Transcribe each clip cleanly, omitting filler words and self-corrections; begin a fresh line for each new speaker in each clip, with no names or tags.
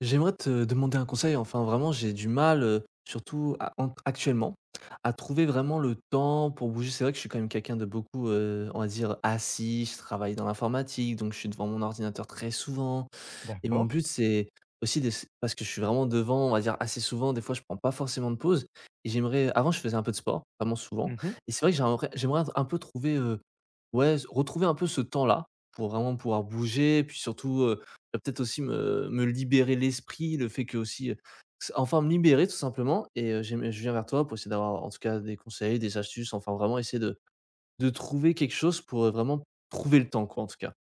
J'aimerais te demander un conseil. Enfin, vraiment, j'ai du mal, surtout à en actuellement, à trouver vraiment le temps pour bouger. C'est vrai que je suis quand même quelqu'un de beaucoup, on va dire assis. Je travaille dans l'informatique, donc je suis devant mon ordinateur très souvent. Et mon
D'accord.
but, c'est aussi d'ess parce que je suis vraiment devant, on va dire, assez souvent. Des fois, je prends pas forcément de pause et j'aimerais avant, je faisais un peu de sport, vraiment souvent
Mmh.
et c'est vrai que j'aimerais un peu trouver, ouais, s retrouver un peu ce temps-là pour vraiment pouvoir bouger, puis surtout, bah, peut-être aussi me libérer l'esprit, le fait que aussi, s enfin me libérer tout simplement et j'aime je viens vers toi pour essayer d'avoir en tout cas des conseils, des astuces, enfin vraiment essayer de trouver quelque chose pour, vraiment trouver le temps quoi en tout cas.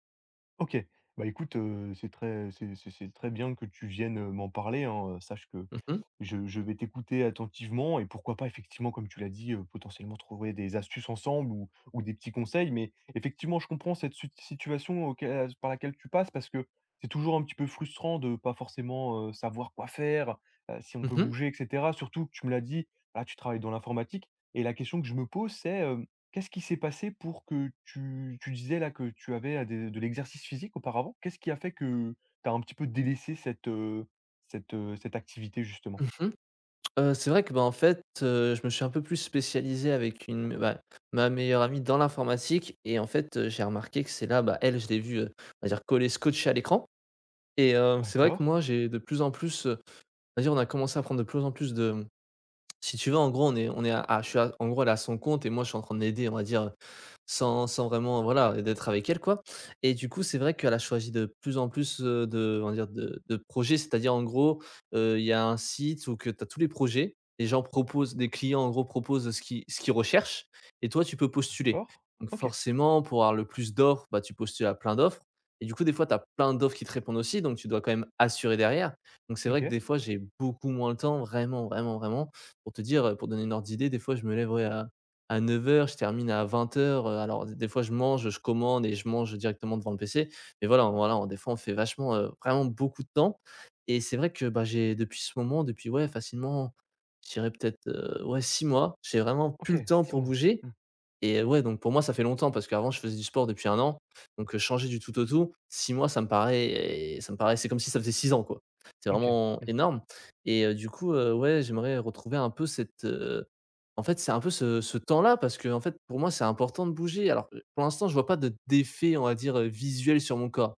OK. Bah, écoute, c'est très bien que tu viennes, m'en parler, hein. Sache que
Mmh mh.
je vais t'écouter attentivement et pourquoi pas effectivement, comme tu l'as dit, potentiellement trouver des astuces ensemble ou des petits conseils. Mais effectivement, je comprends cette sut situation auquel par laquelle tu passes, parce que c'est toujours un petit peu frustrant de pas forcément, savoir quoi faire, si on peut
Mmh.
bouger et cetera. Surtout que tu me l'as dit, voilà, tu travailles dans l'informatique et la question que je me pose, c'est, qu'est-ce qui s'est passé pour que tu disais là que tu avais, des de l'exercice physique auparavant? Qu'est-ce qui a fait que tu as un petit peu délaissé cette, activité justement?
Mmh. C'est vrai que, bah, en fait, je me suis un peu plus spécialisé avec une bah, ma meilleure amie dans l'informatique et en fait, j'ai remarqué que c'est là, bah, elle, je l'ai vue, on va dire collée, scotchée à l'écran et c'est vrai
D'accord,
que moi, j'ai de plus en plus, on va dire, on a commencé à prendre de plus en plus de, mmh si tu veux, en gros, on est à je suis à en gros, elle est à son compte et moi, je suis en train de l'aider, on va dire, sans vraiment, voilà, d'être avec elle, quoi et du coup, c'est vrai qu'elle a choisi de plus en plus, de on va dire de projets. C'est-à-dire, en gros, il y a un site où que tu as tous les projets, les gens proposent des clients, en gros, proposent ce qu'ils recherchent et toi, tu peux postuler.
d'accord.
Donc
OK,
forcément, pour avoir le plus d'offres, bah, tu postules à plein d'offres et du coup, des fois, tu as plein d'offres qui te répondent aussi, donc tu dois quand même assurer derrière. Donc c'est vrai que
OK,
des fois, j'ai beaucoup moins le temps, vraiment, vraiment, vraiment. Pour te dire, pour donner une ordre d'idée, des fois, je me lève, ouais, à 9 heures, je termine à 20:00, alors des fois je mange, je commande et je mange directement devant le PC. Mais voilà, on- voilà, on- des fois on fait vachement, vraiment beaucoup de temps et c'est vrai que, bah, j'ai depuis ce moment, depuis ouais facilement, je dirais peut-être, ouais 6 mois, j'ai vraiment plus
OK.
le temps
6
pour
mois.
bouger
Mmh.
et ouais, donc pour moi, ça fait longtemps parce qu'avant je faisais du sport depuis 1 an, donc changer du tout au tout, 6 mois ça me paraît c'est comme si ça faisait 6 ans, quoi. C'est
OK.
vraiment
Mmh.
énorme et du coup, ouais, j'aimerais retrouver un peu cette, en fait, c'est un peu ce temps-là parce que en fait, pour moi, c'est important de bouger. Alors, pour l'instant, je vois pas de d'effet, on va dire, visuel sur mon corps,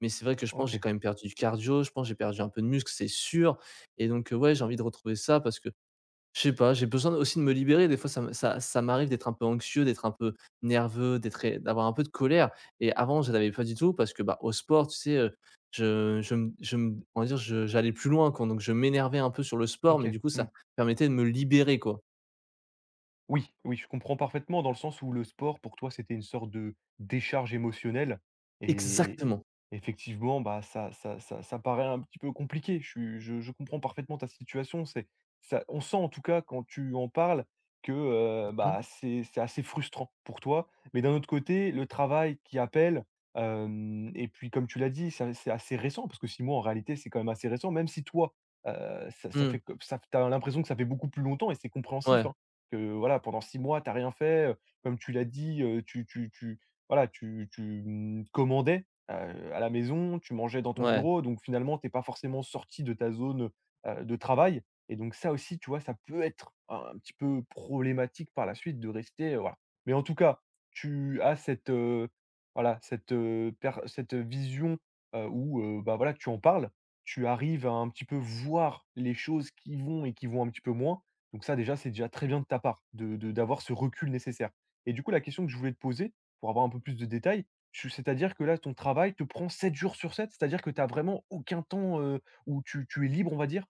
mais c'est vrai que je pense que j'ai
OK,
quand même perdu du cardio, je pense que j'ai perdu un peu de muscle, c'est sûr et donc ouais, j'ai envie de retrouver ça parce que je sais pas, j'ai besoin aussi de me libérer. Des fois, ça me ça ça m'arrive d'être un peu anxieux, d'être un peu nerveux, d'être d'avoir un peu de colère et avant, je l'avais pas du tout parce que, bah, au sport, tu sais, je me on va dire, je j'allais plus loin, quoi, donc je m'énervais un peu sur le sport, mais
OK.
du coup,
Mmh.
ça permettait de me libérer, quoi.
Oui, oui, je comprends parfaitement, dans le sens où le sport, pour toi, c'était une sorte de décharge émotionnelle, et
Exactement.
effectivement, bah, ça paraît un petit peu compliqué. Je suis je comprends parfaitement ta situation. C'est ça, on sent en tout cas quand tu en parles que,
Mmh.
bah, c'est assez frustrant pour toi. Mais d'un autre côté, le travail qui appelle, hem et puis comme tu l'as dit, ça, c'est assez récent, parce que 6 mois en réalité, c'est quand même assez récent, même si toi, ça
Mmh.
fait que ça t'as l'impression que ça fait beaucoup plus longtemps, et c'est compréhensif,
Ouais,
hein, que voilà, pendant 6 mois, tu as rien fait, comme tu l'as dit, tu tu tu voilà, tu commandais, à la maison, tu mangeais dans ton
ouais.
bureau, donc finalement, tu es pas forcément sorti de ta zone, de travail. Et donc ça aussi, tu vois, ça peut être un petit peu problématique par la suite de rester, voilà. Mais en tout cas, tu as cette, voilà, cette, per cette vision, où, bah, voilà, tu en parles, tu arrives à un petit peu voir les choses qui vont et qui vont un petit peu moins. Donc ça déjà, c'est déjà très bien de ta part, de d'avoir ce recul nécessaire. Et du coup, la question que je voulais te poser, pour avoir un peu plus de détails, tu c'est-à-dire que là, ton travail te prend 7 jours sur 7. C'est-à-dire que tu as vraiment aucun temps, où tu es libre, on va dire?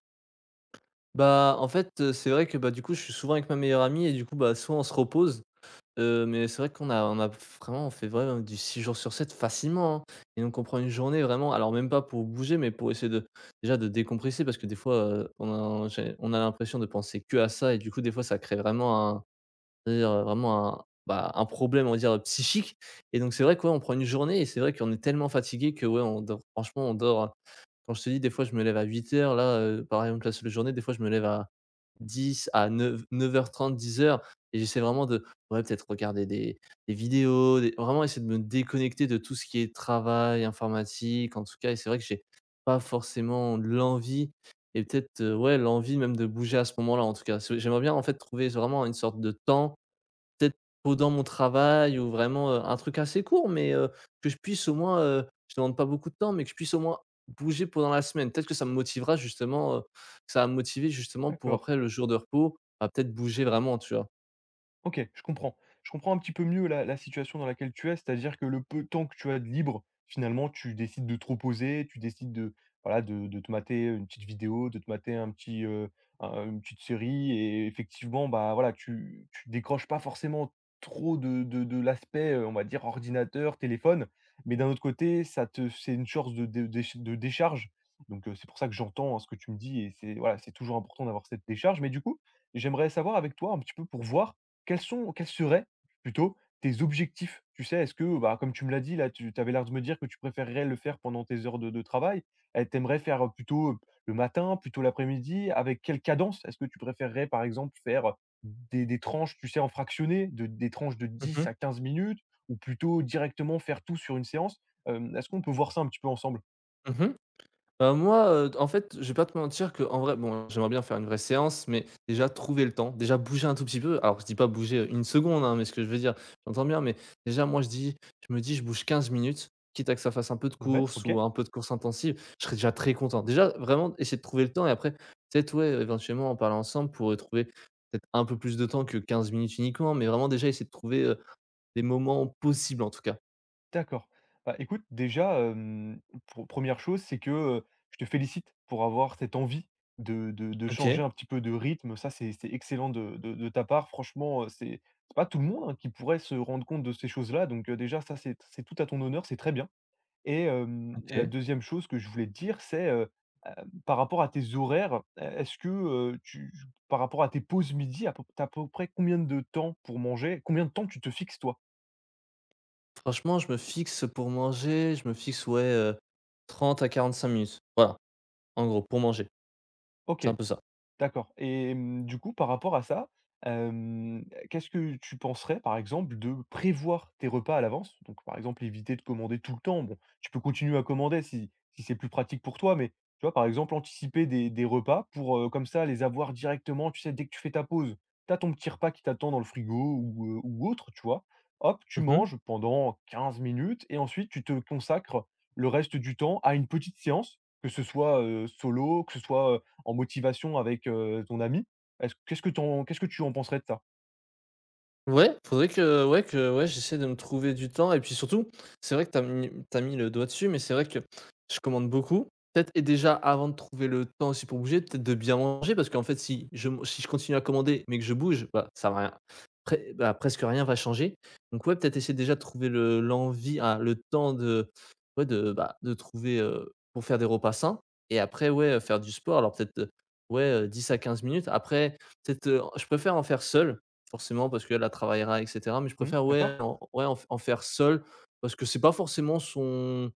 Bah, en fait, c'est vrai que, bah, du coup, je suis souvent avec ma meilleure amie et du coup, bah, soit on se repose. Mais c'est vrai qu'on a vraiment on fait vraiment du 6 jours sur 7 facilement, hein et donc on prend une journée vraiment alors même pas pour bouger, mais pour essayer de déjà de décompresser parce que des fois, on a j'ai on a l'impression de penser que à ça et du coup des fois ça crée vraiment un c'est-à-dire vraiment un, bah, un problème on va dire psychique et donc c'est vrai que ouais, on prend une journée et c'est vrai qu'on est tellement fatigué que ouais, on dort franchement on dort, quand je te dis des fois je me lève à 8 heures là, par exemple la seule journée des fois je me lève à 10 à 9 heures 30 10 heures et j'essaie vraiment de ouais, peut-être regarder des vidéos, des vraiment essayer de me déconnecter de tout ce qui est travail, informatique, en tout cas et c'est vrai que j'ai pas forcément l'envie et peut-être, ouais, l'envie même de bouger à ce moment-là, en tout cas. C'est j'aimerais bien, en fait, trouver vraiment une sorte de temps. Peut-être pendant mon travail ou vraiment, un truc assez court, mais que je puisse au moins, je demande pas beaucoup de temps, mais que je puisse au moins bouger pendant la semaine. Peut-être que ça me motivera justement, ça va me motiver justement pour
D'accord.
après le jour de repos, à peut-être bouger vraiment, tu vois?
OK, je comprends. Je comprends un petit peu mieux la situation dans laquelle tu es. C'est-à-dire que le peu de temps que tu as de libre, finalement, tu décides de te reposer, tu décides de, voilà, de te mater une petite vidéo, de te mater un petit, un une petite série, et effectivement, bah, voilà, tu décroches pas forcément trop de l'aspect, on va dire, ordinateur, téléphone. Mais d'un autre côté, ça te c'est une source de déch de décharge, donc c'est pour ça que j'entends, hein, ce que tu me dis, et c'est voilà, c'est toujours important d'avoir cette décharge. Mais du coup, j'aimerais savoir avec toi un petit peu, pour voir quels seraient plutôt tes objectifs. Tu sais, est-ce que, bah, comme tu me l'as dit là, tu avais l'air de me dire que tu préférerais le faire pendant tes heures de travail. Tu aimerais faire, plutôt, le matin, plutôt l'après-midi? Avec quelle cadence? Est-ce que tu préférerais, par exemple, faire des tranches, tu sais, en fractionné, de des tranches de
Mmh
dix
mh.
à quinze minutes ou plutôt directement faire tout sur une séance? Est-ce qu'on peut voir ça un petit peu ensemble?
Mmh. Bah, moi, en fait, je vais pas te mentir que en vrai, bon, j'aimerais bien faire une vraie séance, mais déjà trouver le temps, déjà bouger un tout petit peu. Alors je dis pas bouger, une seconde, hein, mais ce que je veux dire, j'entends bien, mais déjà moi je dis je me dis: «Je bouge 15 minutes», quitte à que ça fasse un peu de
Ouais,
course
OK.
ou un peu de course intensive, je serais déjà très content. Déjà vraiment essayer de trouver le temps et après peut-être, ouais, éventuellement en parler ensemble pour, trouver peut-être un peu plus de temps que 15 minutes uniquement, mais vraiment déjà essayer de trouver, des moments possibles en tout cas.
D'accord. Bah, écoute, déjà, hem, pre 1 chose, c'est que, je te félicite pour avoir cette envie de
OK,
changer un petit peu de rythme. Ça, c'est excellent de ta part. Franchement, c'est pas tout le monde, hein, qui pourrait se rendre compte de ces choses-là. Donc, déjà, ça, c'est tout à ton honneur, c'est très bien. Et la
OK.
deuxième chose que je voulais te dire, c'est, par rapport à tes horaires, e est-ce que, tu par rapport à tes pauses midi, à peu près combien de temps pour manger? Combien de temps tu te fixes, toi?
Franchement, je me fixe pour manger, je me fixe, ouais, 30 à cinq minutes. Voilà, en gros, pour manger. C'est
OK.
un peu ça.
D'accord. Et mmh, du coup, par rapport à ça, hem, qu'est-ce que tu penserais, par exemple, de prévoir tes repas à l'avance? Donc, par exemple, éviter de commander tout le temps. Bon, tu peux continuer à commander si c'est plus pratique pour toi, mais tu vois, par exemple, anticiper des repas pour, comme ça, les avoir directement, tu sais, dès que tu fais ta pause, tu as ton petit repas qui t'attend dans le frigo ou autre, tu vois? Hop, tu
Mmh.
manges pendant 15 minutes et ensuite tu te consacres le reste du temps à une petite séance, que ce soit, solo, que ce soit en motivation avec, ton ami. Est-ce qu'est-ce que tu en penserais de ça?
Ouais, faudrait que ouais, j'essaie de me trouver du temps et puis surtout, c'est vrai que tu as mis tu mis le doigt dessus, mais c'est vrai que je commande beaucoup. Peut-être et déjà avant de trouver le temps aussi pour bouger, peut-être de bien manger parce qu'en fait si je si je continue à commander mais que je bouge, bah, ça va rien pré bah, presque rien va changer. Donc ouais, peut-être essayer déjà de trouver le l'envie, ah, le temps de ouais de, bah, de trouver, pour faire des repas sains et après ouais, faire du sport alors peut-être, ouais, 10 à 15 minutes. Après peut-être, je préfère en faire seul. Forcément, parce qu'elle, elle travaillera et cetera, mais je
Mmh,
préfère, ouais,
d'accord.
en ouais, en f en faire seul, parce que c'est pas forcément son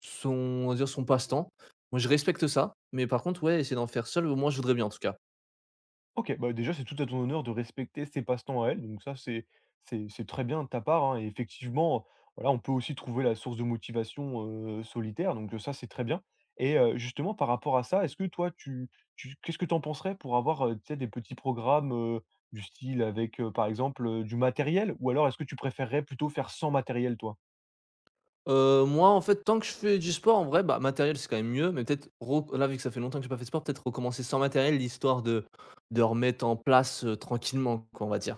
son on va dire son passe-temps. Moi, je respecte ça, mais par contre, ouais, essayer d'en faire seul, moi je voudrais bien, en tout cas.
OK, bah, déjà, c'est tout à ton honneur de respecter ses passe-temps à elle, donc ça, c'est c'est très bien de ta part, hein, et effectivement, voilà, on peut aussi trouver la source de motivation, solitaire, donc ça, c'est très bien. Et justement, par rapport à ça, est-ce que toi, tu tu qu'est-ce que tu en penserais pour avoir, tu sais, des petits programmes, du style avec, par exemple, du matériel? Ou alors est-ce que tu préférerais plutôt faire sans matériel, toi?
Moi, en fait, tant que je fais du sport, en vrai, bah, matériel, c'est quand même mieux, mais peut-être rec là, vu que ça fait longtemps que j'ai pas fait de sport, peut-être recommencer sans matériel, l'histoire de remettre en place, tranquillement, quoi, on va dire.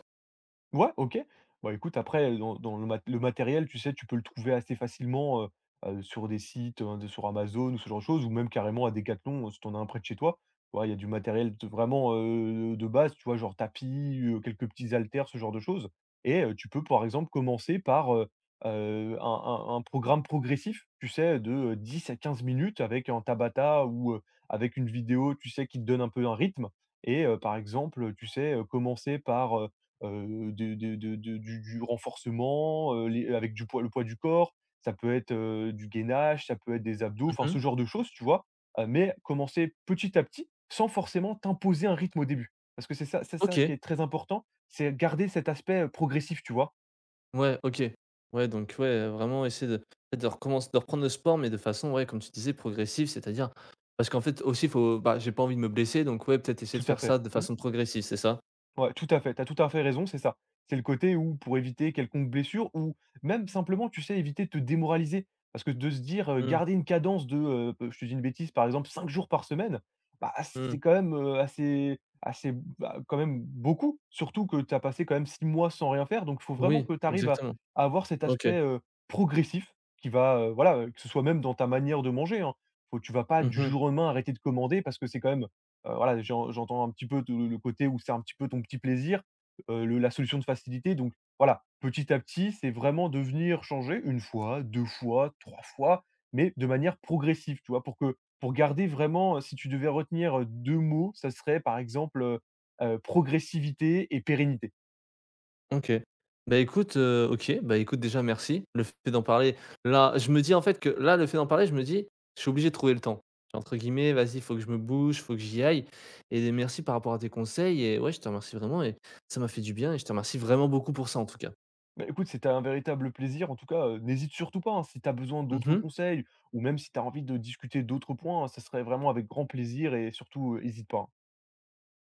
Ouais, OK. Bah, écoute, après, dans le matériel, tu sais, tu peux le trouver assez facilement, sur des sites, de sur Amazon, ou ce genre de choses, ou même carrément à Decathlon, si t'en as un près de chez toi. Tu vois, il y a du matériel de vraiment, de base, tu vois? Genre tapis, quelques petits haltères, ce genre de choses. Et tu peux, par exemple, commencer par, un programme progressif, tu sais? De, 10 à quinze minutes, avec un Tabata, ou avec une vidéo, tu sais? Qui te donne un peu un rythme. Et par exemple, tu sais? Commencer par, de du renforcement, les avec du poids le poids du corps. Ça peut être, du gainage, ça peut être des abdos, enfin ce
Mmh.
genre de choses, tu vois? Mais commencer petit à petit, sans forcément t'imposer un rythme au début. Parce que c'est ça qui
OK.
est très important, c'est garder cet aspect, progressif, tu vois?
Ouais, OK. Ouais, donc ouais, vraiment essayer de peut de recommenc de reprendre le sport, mais de façon, ouais, comme tu disais, progressive, c'est-à-dire parce qu'en fait aussi faut bah, j'ai pas envie de me blesser, donc ouais, peut-être essayer
Tout
de
à
faire
fait.
ça de
Mmh.
façon progressive, c'est ça?
Ouais, tout à fait, tu as tout à fait raison, c'est ça. C'est le côté où, pour éviter quelconque blessure, ou même simplement, tu sais, éviter de te démoraliser. Parce que de se dire,
Mmh,
garder une cadence de, je te dis une bêtise, par exemple 5 jours par semaine, bah,
mmh.
c'est quand même, assez assez, bah, quand même beaucoup, surtout que tu as passé quand même 6 mois sans rien faire. Donc il faut vraiment
Oui,
que tu arrives à
exactement.
avoir cet
OK.
aspect, progressif qui va, voilà, que ce soit même dans ta manière de manger, hein. Faut, tu vas pas du
Mmh.
jour au lendemain arrêter de commander, parce que c'est quand même. Voilà, j'entends un petit peu tout le côté où c'est un petit peu ton petit plaisir, le la solution de facilité, donc voilà, petit à petit, c'est vraiment de venir changer une fois, 2 fois, 3 fois, mais de manière progressive, tu vois? Pour que, pour garder vraiment, si tu devais retenir, 2 mots, ça serait par exemple, progressivité et pérennité.
OK. Bah, écoute, OK, bah, écoute déjà merci. Le fait d'en parler, là, je me dis en fait que là, le fait d'en parler, je me dis: «Je suis obligé de trouver le temps», entre guillemets, «Vas-y, faut que je me bouge, faut que j'y aille» et merci par rapport à tes conseils et ouais, je te remercie vraiment et ça m'a fait du bien et je te remercie vraiment beaucoup pour ça, en tout cas.
Bah, écoute, c'était un véritable plaisir en tout cas, n'hésite surtout pas, hein, si tu as besoin d'autres
Mmh.
conseils, ou même si tu as envie de discuter d'autres points, hein, ça serait vraiment avec grand plaisir, et surtout, n'hésite pas, hein.